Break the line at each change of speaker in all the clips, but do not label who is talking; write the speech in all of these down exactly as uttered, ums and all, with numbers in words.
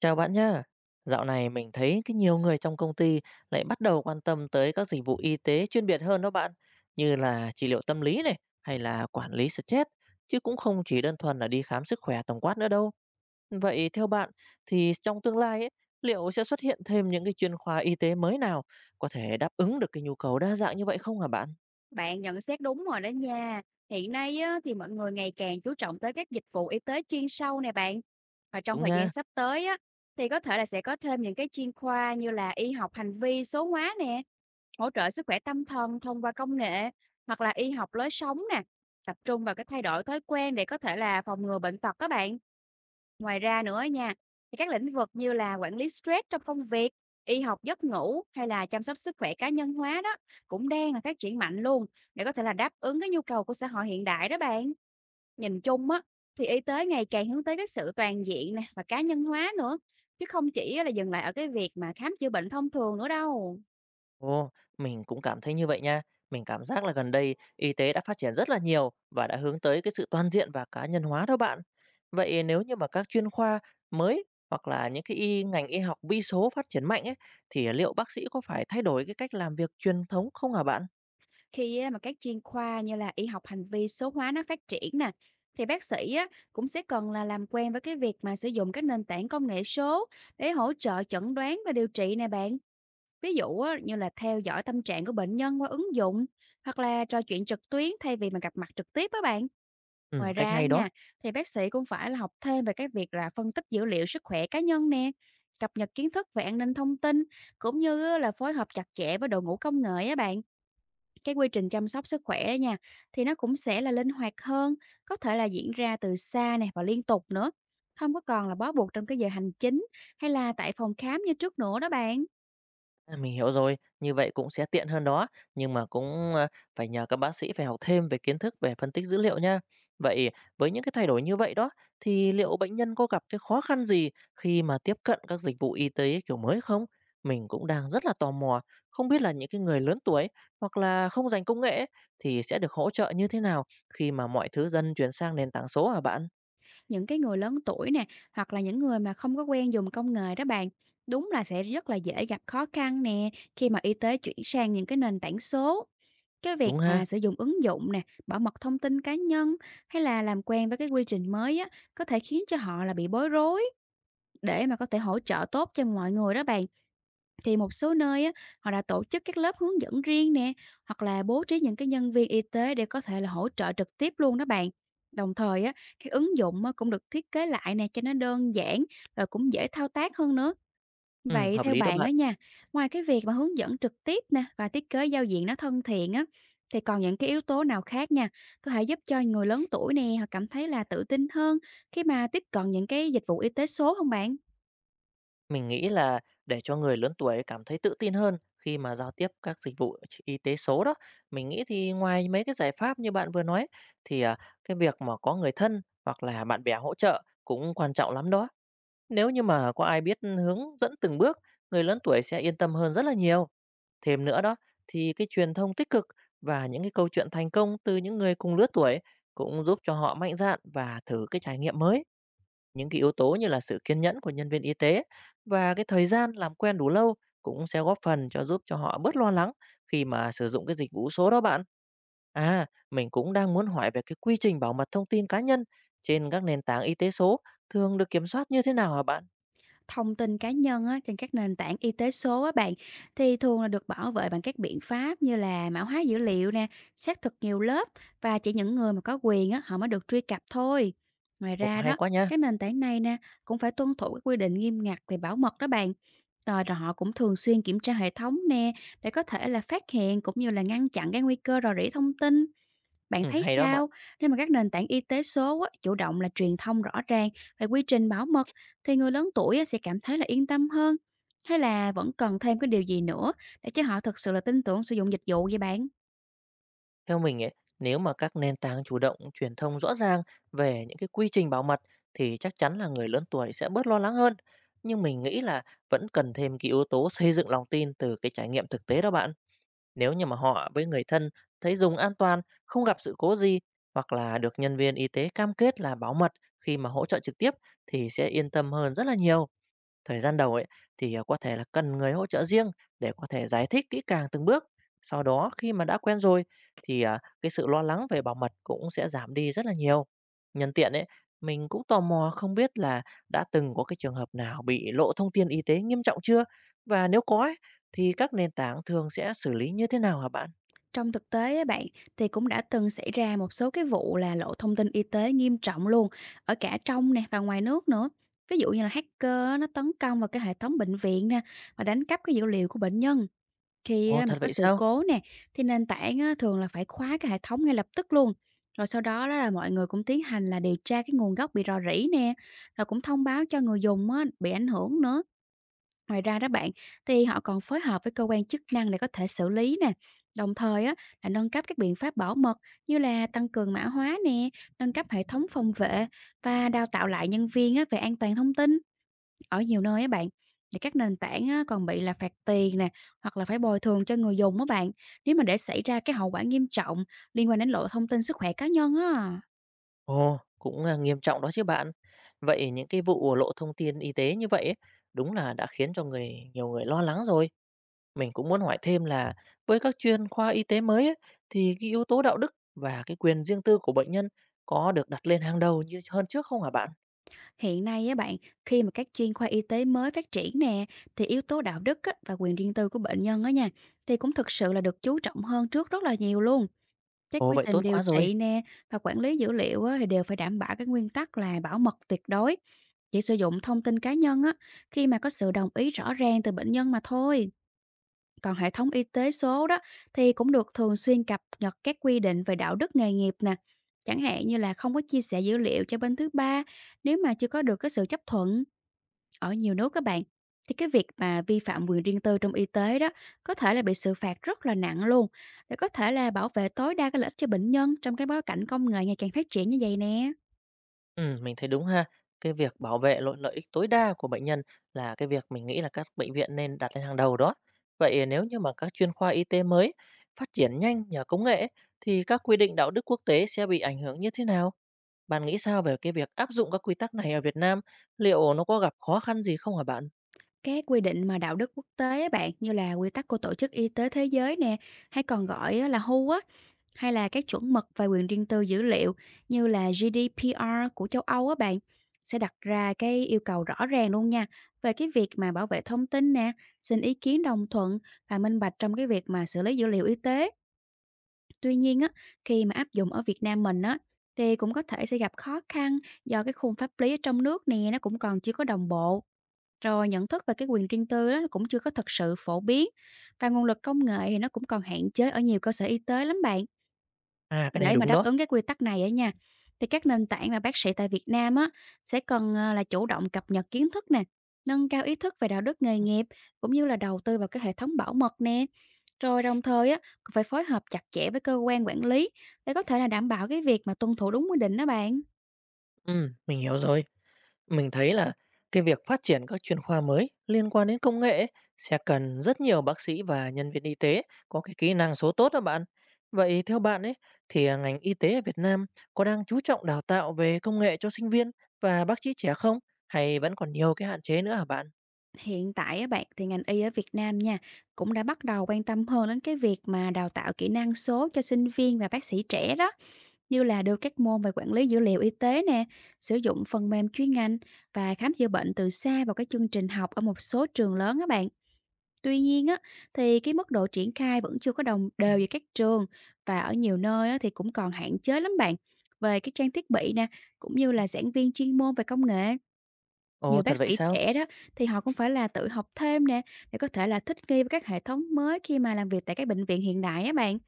Chào bạn nhá. Dạo này mình thấy cái nhiều người trong công ty lại bắt đầu quan tâm tới các dịch vụ y tế chuyên biệt hơn đó bạn, như là trị liệu tâm lý này hay là quản lý stress, chứ cũng không chỉ đơn thuần là đi khám sức khỏe tổng quát nữa đâu. Vậy theo bạn thì trong tương lai ấy, liệu sẽ xuất hiện thêm những cái chuyên khoa y tế mới nào có thể đáp ứng được cái nhu cầu đa dạng như vậy không hả bạn?
Bạn nhận xét đúng rồi đó nha. Hiện nay á, thì mọi người ngày càng chú trọng tới các dịch vụ y tế chuyên sâu nè bạn. Và trong
Đúng
thời gian
nha.
sắp tới á, thì có thể là sẽ có thêm những cái chuyên khoa như là y học hành vi số hóa nè, hỗ trợ sức khỏe tâm thần thông qua công nghệ, hoặc là y học lối sống nè, tập trung vào cái thay đổi thói quen để có thể là phòng ngừa bệnh tật các bạn. Ngoài ra nữa nha, thì các lĩnh vực như là quản lý stress trong công việc, y học giấc ngủ hay là chăm sóc sức khỏe cá nhân hóa đó cũng đang là phát triển mạnh luôn để có thể là đáp ứng cái nhu cầu của xã hội hiện đại đó bạn. Nhìn chung á, thì y tế ngày càng hướng tới cái sự toàn diện nè và cá nhân hóa nữa, chứ không chỉ á là dừng lại ở cái việc mà khám chữa bệnh thông thường nữa đâu.
Ồ, mình cũng cảm thấy như vậy nha. Mình cảm giác là gần đây y tế đã phát triển rất là nhiều và đã hướng tới cái sự toàn diện và cá nhân hóa đó bạn. Vậy nếu như mà các chuyên khoa mới hoặc là những cái y ngành y học vi số phát triển mạnh ấy thì liệu bác sĩ có phải thay đổi cái cách làm việc truyền thống không hả bạn?
Khi á mà các chuyên khoa như là y học hành vi số hóa nó phát triển nè, thì bác sĩ á, cũng sẽ cần là làm quen với cái việc mà sử dụng các nền tảng công nghệ số để hỗ trợ chẩn đoán và điều trị nè bạn. Ví dụ á, như là theo dõi tâm trạng của bệnh nhân qua ứng dụng, hoặc là trò chuyện trực tuyến thay vì mà gặp mặt trực tiếp á bạn.
Ừ,
Ngoài
cách
ra á
hay đó.
nha, thì bác sĩ cũng phải là học thêm về cái việc là phân tích dữ liệu sức khỏe cá nhân nè, cập nhật kiến thức về an ninh thông tin, cũng như á là phối hợp chặt chẽ với đội ngũ công nghệ á bạn. Cái quy trình chăm sóc sức khỏe đó nha, thì nó cũng sẽ là linh hoạt hơn, có thể là diễn ra từ xa nè và liên tục nữa, không có còn là bó buộc trong cái giờ hành chính hay là tại phòng khám như trước nữa đó bạn.
À, mình hiểu rồi, như vậy cũng sẽ tiện hơn đó, nhưng mà cũng, a, phải nhờ các bác sĩ phải học thêm về kiến thức về phân tích dữ liệu nha. Vậy với những cái thay đổi như vậy đó, thì liệu bệnh nhân có gặp cái khó khăn gì khi mà tiếp cận các dịch vụ y tế kiểu mới không? Mình cũng đang rất là tò mò, không biết là những cái người lớn tuổi hoặc là không dành công nghệ ấy, thì sẽ được hỗ trợ như thế nào khi mà mọi thứ dần chuyển sang nền tảng số hả bạn?
Những cái người lớn tuổi nè, hoặc là những người mà không có quen dùng công nghệ đó bạn, đúng là sẽ rất là dễ gặp khó khăn nè, khi mà y tế chuyển sang những cái nền tảng số. Cái việc
Đúng ha?
mà sử dụng ứng dụng nè, bảo mật thông tin cá nhân, hay là làm quen với cái quy trình mới á, có thể khiến cho họ là bị bối rối. Để mà có thể hỗ trợ tốt cho mọi người đó bạn, thì một số nơi á, họ đã tổ chức các lớp hướng dẫn riêng nè, hoặc là bố trí những cái nhân viên y tế để có thể là hỗ trợ trực tiếp luôn đó bạn. Đồng thời á, cái ứng dụng á, cũng được thiết kế lại nè cho nó đơn giản, rồi cũng dễ thao tác hơn nữa.
Ừ,
Vậy
hợp
theo
lý đó
bạn á
bạn.
nha, ngoài cái việc mà hướng dẫn trực tiếp nè và thiết kế giao diện nó thân thiện á, thì còn những cái yếu tố nào khác nha, có thể giúp cho người lớn tuổi nè họ cảm thấy là tự tin hơn khi mà tiếp cận những cái dịch vụ y tế số không bạn?
Mình nghĩ là để cho người lớn tuổi cảm thấy tự tin hơn khi mà giao tiếp các dịch vụ ch- y tế số đó, mình nghĩ thì ngoài mấy cái giải pháp như bạn vừa nói thì à, cái việc mà có người thân hoặc là bạn bè hỗ trợ cũng quan trọng lắm đó. Nếu như mà có ai biết hướng dẫn từng bước, người lớn tuổi sẽ yên tâm hơn rất là nhiều. Thêm nữa đó thì cái truyền thông tích cực và những cái câu chuyện thành công từ những người cùng lứa tuổi cũng giúp cho họ mạnh dạn và thử cái trải nghiệm mới. Những cái yếu tố như là sự kiên nhẫn của nhân viên y tế và cái thời gian làm quen đủ lâu cũng sẽ góp phần cho giúp cho họ bớt lo lắng khi mà sử dụng cái dịch vụ số đó bạn. À, mình cũng đang muốn hỏi về cái quy trình bảo mật thông tin cá nhân trên các nền tảng y tế số thường được kiểm soát như thế nào hả bạn?
Thông tin cá nhân á, trên các nền tảng y tế số á bạn, thì thường là được bảo vệ bằng các biện pháp như là mã hóa dữ liệu nè, xác thực nhiều lớp, và chỉ những người mà có quyền á, họ mới được truy cập thôi. Ngoài
Ồ,
ra
hay
đó,
quá nha.
các nền tảng này nè cũng phải tuân thủ các quy định nghiêm ngặt về bảo mật đó bạn. Rồi là họ cũng thường xuyên kiểm tra hệ thống nè để có thể là phát hiện cũng như là ngăn chặn cái nguy cơ rò rỉ thông tin. Bạn
Ừ,
thấy
hay đó bạn.
sao, nếu mà các nền tảng y tế số á, chủ động là truyền thông rõ ràng về quy trình bảo mật, thì người lớn tuổi á, sẽ cảm thấy là yên tâm hơn, hay là vẫn cần thêm cái điều gì nữa để cho họ thực sự là tin tưởng sử dụng dịch vụ vậy bạn?
Theo mình ấy, nếu mà các nền tảng chủ động truyền thông rõ ràng về những cái quy trình bảo mật thì chắc chắn là người lớn tuổi sẽ bớt lo lắng hơn. Nhưng mình nghĩ là vẫn cần thêm cái yếu tố xây dựng lòng tin từ cái trải nghiệm thực tế đó bạn. Nếu như mà họ với người thân thấy dùng an toàn, không gặp sự cố gì hoặc là được nhân viên y tế cam kết là bảo mật khi mà hỗ trợ trực tiếp thì sẽ yên tâm hơn rất là nhiều. Thời gian đầu ấy thì, ờ, có thể là cần người hỗ trợ riêng để có thể giải thích kỹ càng từng bước. Sau đó khi mà đã quen rồi thì, à, cái sự lo lắng về bảo mật cũng sẽ giảm đi rất là nhiều. Nhân tiện ấy, mình cũng tò mò không biết là đã từng có cái trường hợp nào bị lộ thông tin y tế nghiêm trọng chưa? Và nếu có ấy, thì các nền tảng thường sẽ xử lý như thế nào hả bạn?
Trong thực tế á bạn, thì cũng đã từng xảy ra một số cái vụ là lộ thông tin y tế nghiêm trọng luôn, ở cả trong nè và ngoài nước nữa. Ví dụ như là hacker á, nó tấn công vào cái hệ thống bệnh viện nè và đánh cắp cái dữ liệu của bệnh nhân. Khi
Ồ,
á mà
thật
có
vậy
sự
sao?
cố nè, thì nền tảng á thường là phải khóa cái hệ thống ngay lập tức luôn. Rồi sau đó đó là mọi người cũng tiến hành là điều tra cái nguồn gốc bị rò rỉ nè, rồi cũng thông báo cho người dùng á bị ảnh hưởng nữa. Ngoài ra đó bạn, thì họ còn phối hợp với cơ quan chức năng để có thể xử lý nè. Đồng thời á là nâng cấp các biện pháp bảo mật như là tăng cường mã hóa nè, nâng cấp hệ thống phòng vệ, và đào tạo lại nhân viên á về an toàn thông tin. Ở nhiều nơi á bạn, thì các nền tảng á còn bị là phạt tiền nè, hoặc là phải bồi thường cho người dùng á bạn, nếu mà để xảy ra cái hậu quả nghiêm trọng liên quan đến lộ thông tin sức khỏe cá nhân á.
Ồ, cũng, a, nghiêm trọng đó chứ bạn. Vậy những cái vụ lộ thông tin y tế như vậy ấy, đúng là đã khiến cho người nhiều người lo lắng rồi. Mình cũng muốn hỏi thêm là với các chuyên khoa y tế mới ấy, thì cái yếu tố đạo đức và cái quyền riêng tư của bệnh nhân có được đặt lên hàng đầu như hơn trước không hả bạn?
Hiện nay á bạn, khi mà các chuyên khoa y tế mới phát triển nè, thì yếu tố đạo đức á, và quyền riêng tư của bệnh nhân á nha, thì cũng thực sự là được chú trọng hơn trước rất là nhiều luôn. Các
Ồ,
quy
vậy tốt
trình điều
quá rồi.
trị nè và quản lý dữ liệu á, thì đều phải đảm bảo cái nguyên tắc là bảo mật tuyệt đối. Chỉ sử dụng thông tin cá nhân á, khi mà có sự đồng ý rõ ràng từ bệnh nhân mà thôi. Còn hệ thống y tế số đó thì cũng được thường xuyên cập nhật các quy định về đạo đức nghề nghiệp nè, chẳng hạn như là không có chia sẻ dữ liệu cho bên thứ ba nếu mà chưa có được cái sự chấp thuận. Ở nhiều nước các bạn, thì cái việc mà vi phạm quyền riêng tư trong y tế đó có thể là bị xử phạt rất là nặng luôn, để có thể là bảo vệ tối đa cái lợi ích cho bệnh nhân trong cái bối cảnh công nghệ ngày càng phát triển như vậy nè.
Ừ, mình thấy đúng ha. Cái việc bảo vệ lợi lợi ích tối đa của bệnh nhân là cái việc mình nghĩ là các bệnh viện nên đặt lên hàng đầu đó. Vậy nếu như mà các chuyên khoa y tế mới phát triển nhanh nhờ công nghệ ấy, thì các quy định đạo đức quốc tế sẽ bị ảnh hưởng như thế nào? Bạn nghĩ sao về cái việc áp dụng các quy tắc này ở Việt Nam? Liệu nó có gặp khó khăn gì không hả bạn?
Các quy định mà đạo đức quốc tế á bạn, như là quy tắc của Tổ chức Y tế Thế giới nè, hay còn gọi á là hu, á, hay là các chuẩn mực về quyền riêng tư dữ liệu như là giê đê pê rờ của châu Âu á bạn, sẽ đặt ra cái yêu cầu rõ ràng luôn nha về cái việc mà bảo vệ thông tin nè, xin ý kiến đồng thuận và minh bạch trong cái việc mà xử lý dữ liệu y tế. Tuy nhiên á, khi mà áp dụng ở Việt Nam mình á, thì cũng có thể sẽ gặp khó khăn do cái khung pháp lý ở trong nước nè nó cũng còn chưa có đồng bộ, rồi nhận thức về cái quyền riêng tư đó nó cũng chưa có thật sự phổ biến, và nguồn lực công nghệ thì nó cũng còn hạn chế ở nhiều cơ sở y tế lắm bạn.
À, cái này
Để mà
đúng
đáp
đó.
ứng cái quy tắc này á nha, thì các nền tảng và bác sĩ tại Việt Nam á sẽ cần à, là chủ động cập nhật kiến thức nè, nâng cao ý thức về đạo đức nghề nghiệp, cũng như là đầu tư vào cái hệ thống bảo mật nè. Rồi đồng thời á cũng phải phối hợp chặt chẽ với cơ quan quản lý để có thể là đảm bảo cái việc mà tuân thủ đúng quy định đó bạn.
Ừm, mình hiểu rồi. Mình thấy là cái việc phát triển các chuyên khoa mới liên quan đến công nghệ ấy, sẽ cần rất nhiều bác sĩ và nhân viên y tế có cái kỹ năng số tốt đó bạn. Vậy theo bạn ấy thì à, ngành y tế ở Việt Nam có đang chú trọng đào tạo về công nghệ cho sinh viên và bác sĩ trẻ không? Hay vẫn còn nhiều cái hạn chế nữa hả bạn?
Hiện tại á bạn, thì ngành y ở Việt Nam nha, cũng đã bắt đầu quan tâm hơn đến cái việc mà đào tạo kỹ năng số cho sinh viên và bác sĩ trẻ đó, như là đưa các môn về quản lý dữ liệu y tế nè, sử dụng phần mềm chuyên ngành và khám chữa bệnh từ xa vào cái chương trình học ở một số trường lớn á bạn. Tuy nhiên á, thì cái mức độ triển khai vẫn chưa có đồng
Ừm.
đều giữa các trường, và ở nhiều nơi á, thì cũng còn hạn chế lắm bạn, về cái trang thiết bị nè, cũng như là giảng viên chuyên môn về công nghệ.
Ồ,
Nhiều
thật
bác
vậy
sĩ
sao?
trẻ đó thì họ cũng phải là tự học thêm nè, để có thể là thích nghi với các hệ thống mới khi mà làm việc tại các bệnh viện hiện đại á bạn.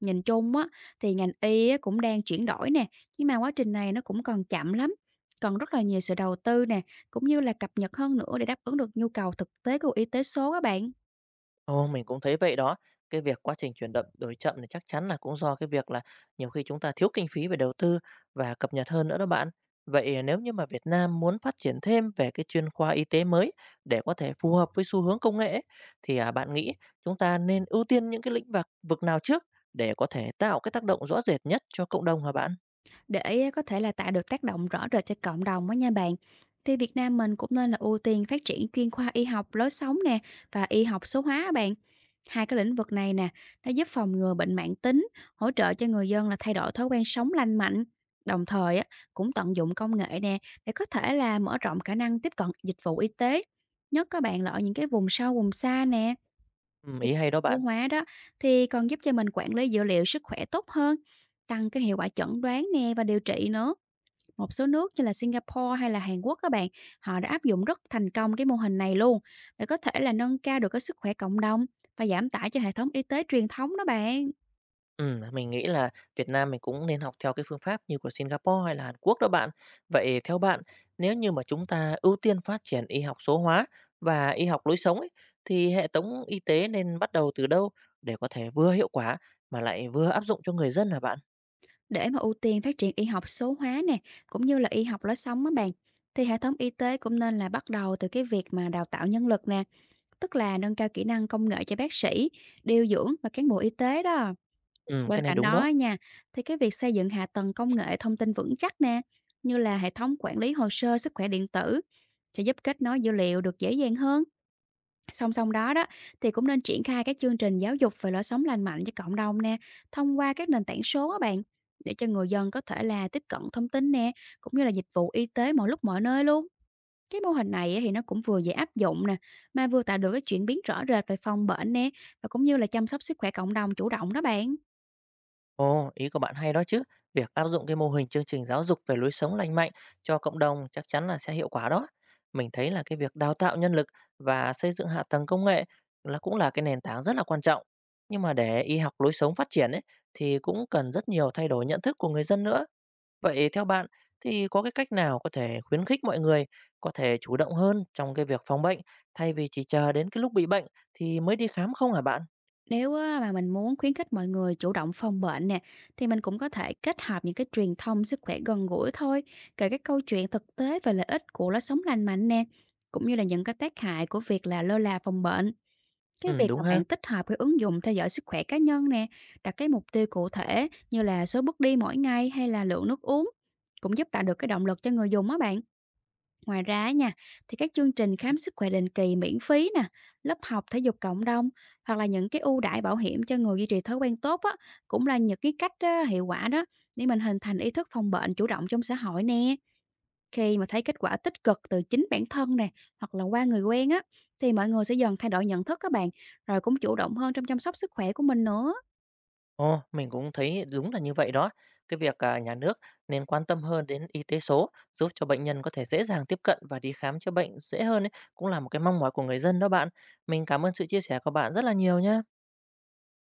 Nhìn chung á, thì ngành y á, cũng đang chuyển đổi nè, nhưng mà quá trình này nó cũng còn chậm lắm. Còn rất là nhiều sự đầu tư nè, cũng như là cập nhật hơn nữa để đáp ứng được nhu cầu thực tế của y tế số các bạn.
Ồ, mình cũng thấy vậy đó. Cái việc quá trình chuyển động đổi chậm thì chắc chắn là cũng do cái việc là nhiều khi chúng ta thiếu kinh phí về đầu tư và cập nhật hơn nữa đó bạn. Vậy à, nếu như mà Việt Nam muốn phát triển thêm về cái chuyên khoa y tế mới để có thể phù hợp với xu hướng công nghệ ấy, thì à, bạn nghĩ chúng ta nên ưu tiên những cái lĩnh vực vực nào trước để có thể tạo cái tác động rõ rệt nhất cho cộng đồng hả bạn?
Để có thể là tạo được tác động rõ rệt cho cộng đồng đó nha bạn. Thì Việt Nam mình cũng nên là ưu tiên phát triển chuyên khoa y học lối sống nè và y học số hóa á bạn. Hai cái lĩnh vực này nè, nó giúp phòng ngừa bệnh mãn tính, hỗ trợ cho người dân là thay đổi thói quen sống lành mạnh. Đồng thời á, cũng tận dụng công nghệ nè để có thể là mở rộng khả năng tiếp cận dịch vụ y tế, nhất các bạn là ở những cái vùng sâu, vùng xa nè.
Ừ, ý hay đó
Số
bạn.
hóa đó thì còn giúp cho mình quản lý dữ liệu sức khỏe tốt hơn, tăng cái hiệu quả chẩn đoán nè và điều trị nữa. Một số nước như là Singapore hay là Hàn Quốc các bạn, họ đã áp dụng rất thành công cái mô hình này luôn, để có thể là nâng cao được cái sức khỏe cộng đồng và giảm tải cho hệ thống y tế truyền thống đó bạn.
Ừm, mình nghĩ là Việt Nam mình cũng nên học theo cái phương pháp như của Singapore hay là Hàn Quốc đó bạn. Vậy theo bạn, nếu như mà chúng ta ưu tiên phát triển y học số hóa và y học lối sống ấy, thì hệ thống y tế nên bắt đầu từ đâu để có thể vừa hiệu quả mà lại vừa áp dụng cho người dân hả bạn?
Để mà ưu tiên phát triển y học số hóa nè, cũng như là y học lối sống đó bạn, thì hệ thống y tế cũng nên là bắt đầu từ cái việc mà đào tạo nhân lực nè, tức là nâng cao kỹ năng công nghệ cho bác sĩ, điều dưỡng và cán bộ y tế đó.
Ừm,
Bên
cái này
cạnh
đúng đó.
đó nha, thì cái việc xây dựng hạ tầng công nghệ thông tin vững chắc nè, như là hệ thống quản lý hồ sơ sức khỏe điện tử, sẽ giúp kết nối dữ liệu được dễ dàng hơn. Song song đó đó thì cũng nên triển khai các chương trình giáo dục về lối sống lành mạnh cho cộng đồng nè, thông qua các nền tảng số á bạn, để cho người dân có thể là tiếp cận thông tin nè, cũng như là dịch vụ y tế mọi lúc mọi nơi luôn. Cái mô hình này á thì nó cũng vừa dễ áp dụng nè, mà vừa tạo được cái chuyển biến rõ rệt về phòng bệnh nè và cũng như là chăm sóc sức khỏe cộng đồng chủ động đó bạn.
Ồ, ý của bạn hay đó chứ. Việc áp dụng cái mô hình chương trình giáo dục về lối sống lành mạnh cho cộng đồng chắc chắn là sẽ hiệu quả đó. Mình thấy là cái việc đào tạo nhân lực và xây dựng hạ tầng công nghệ là cũng là cái nền tảng rất là quan trọng. Nhưng mà để y học lối sống phát triển ấy, thì cũng cần rất nhiều thay đổi nhận thức của người dân nữa. Vậy theo bạn thì có cái cách nào có thể khuyến khích mọi người có thể chủ động hơn trong cái việc phòng bệnh thay vì chỉ chờ đến cái lúc bị bệnh thì mới đi khám không hả bạn?
Nếu á mà mình muốn khuyến khích mọi người chủ động phòng bệnh nè, thì mình cũng có thể kết hợp những cái truyền thông sức khỏe gần gũi thôi, kể các câu chuyện thực tế về lợi ích của lối sống lành mạnh nè, cũng như là những cái tác hại của việc là lơ là phòng bệnh. Cái
Ừ,
việc
đúng
mà
ha.
bạn tích hợp cái ứng dụng theo dõi sức khỏe cá nhân nè, đặt cái mục tiêu cụ thể như là số bước đi mỗi ngày hay là lượng nước uống, cũng giúp tạo được cái động lực cho người dùng á bạn. Ngoài ra á nha, thì các chương trình khám sức khỏe định kỳ miễn phí nè, lớp học thể dục cộng đồng, hoặc là những cái ưu đãi bảo hiểm cho người duy trì thói quen tốt á, cũng là những cái cách á, hiệu quả đó, để mình hình thành ý thức phòng bệnh chủ động trong xã hội nè. Khi mà thấy kết quả tích cực từ chính bản thân nè, hoặc là qua người quen á, thì mọi người sẽ dần thay đổi nhận thức các bạn, rồi cũng chủ động hơn trong chăm sóc sức khỏe của mình nữa.
Ồ, mình cũng thấy đúng là như vậy đó. Cái việc à, nhà nước nên quan tâm hơn đến y tế số, giúp cho bệnh nhân có thể dễ dàng tiếp cận và đi khám chữa bệnh dễ hơn ấy, cũng là một cái mong mỏi của người dân đó bạn. Mình cảm ơn sự chia sẻ của bạn rất là nhiều nhé.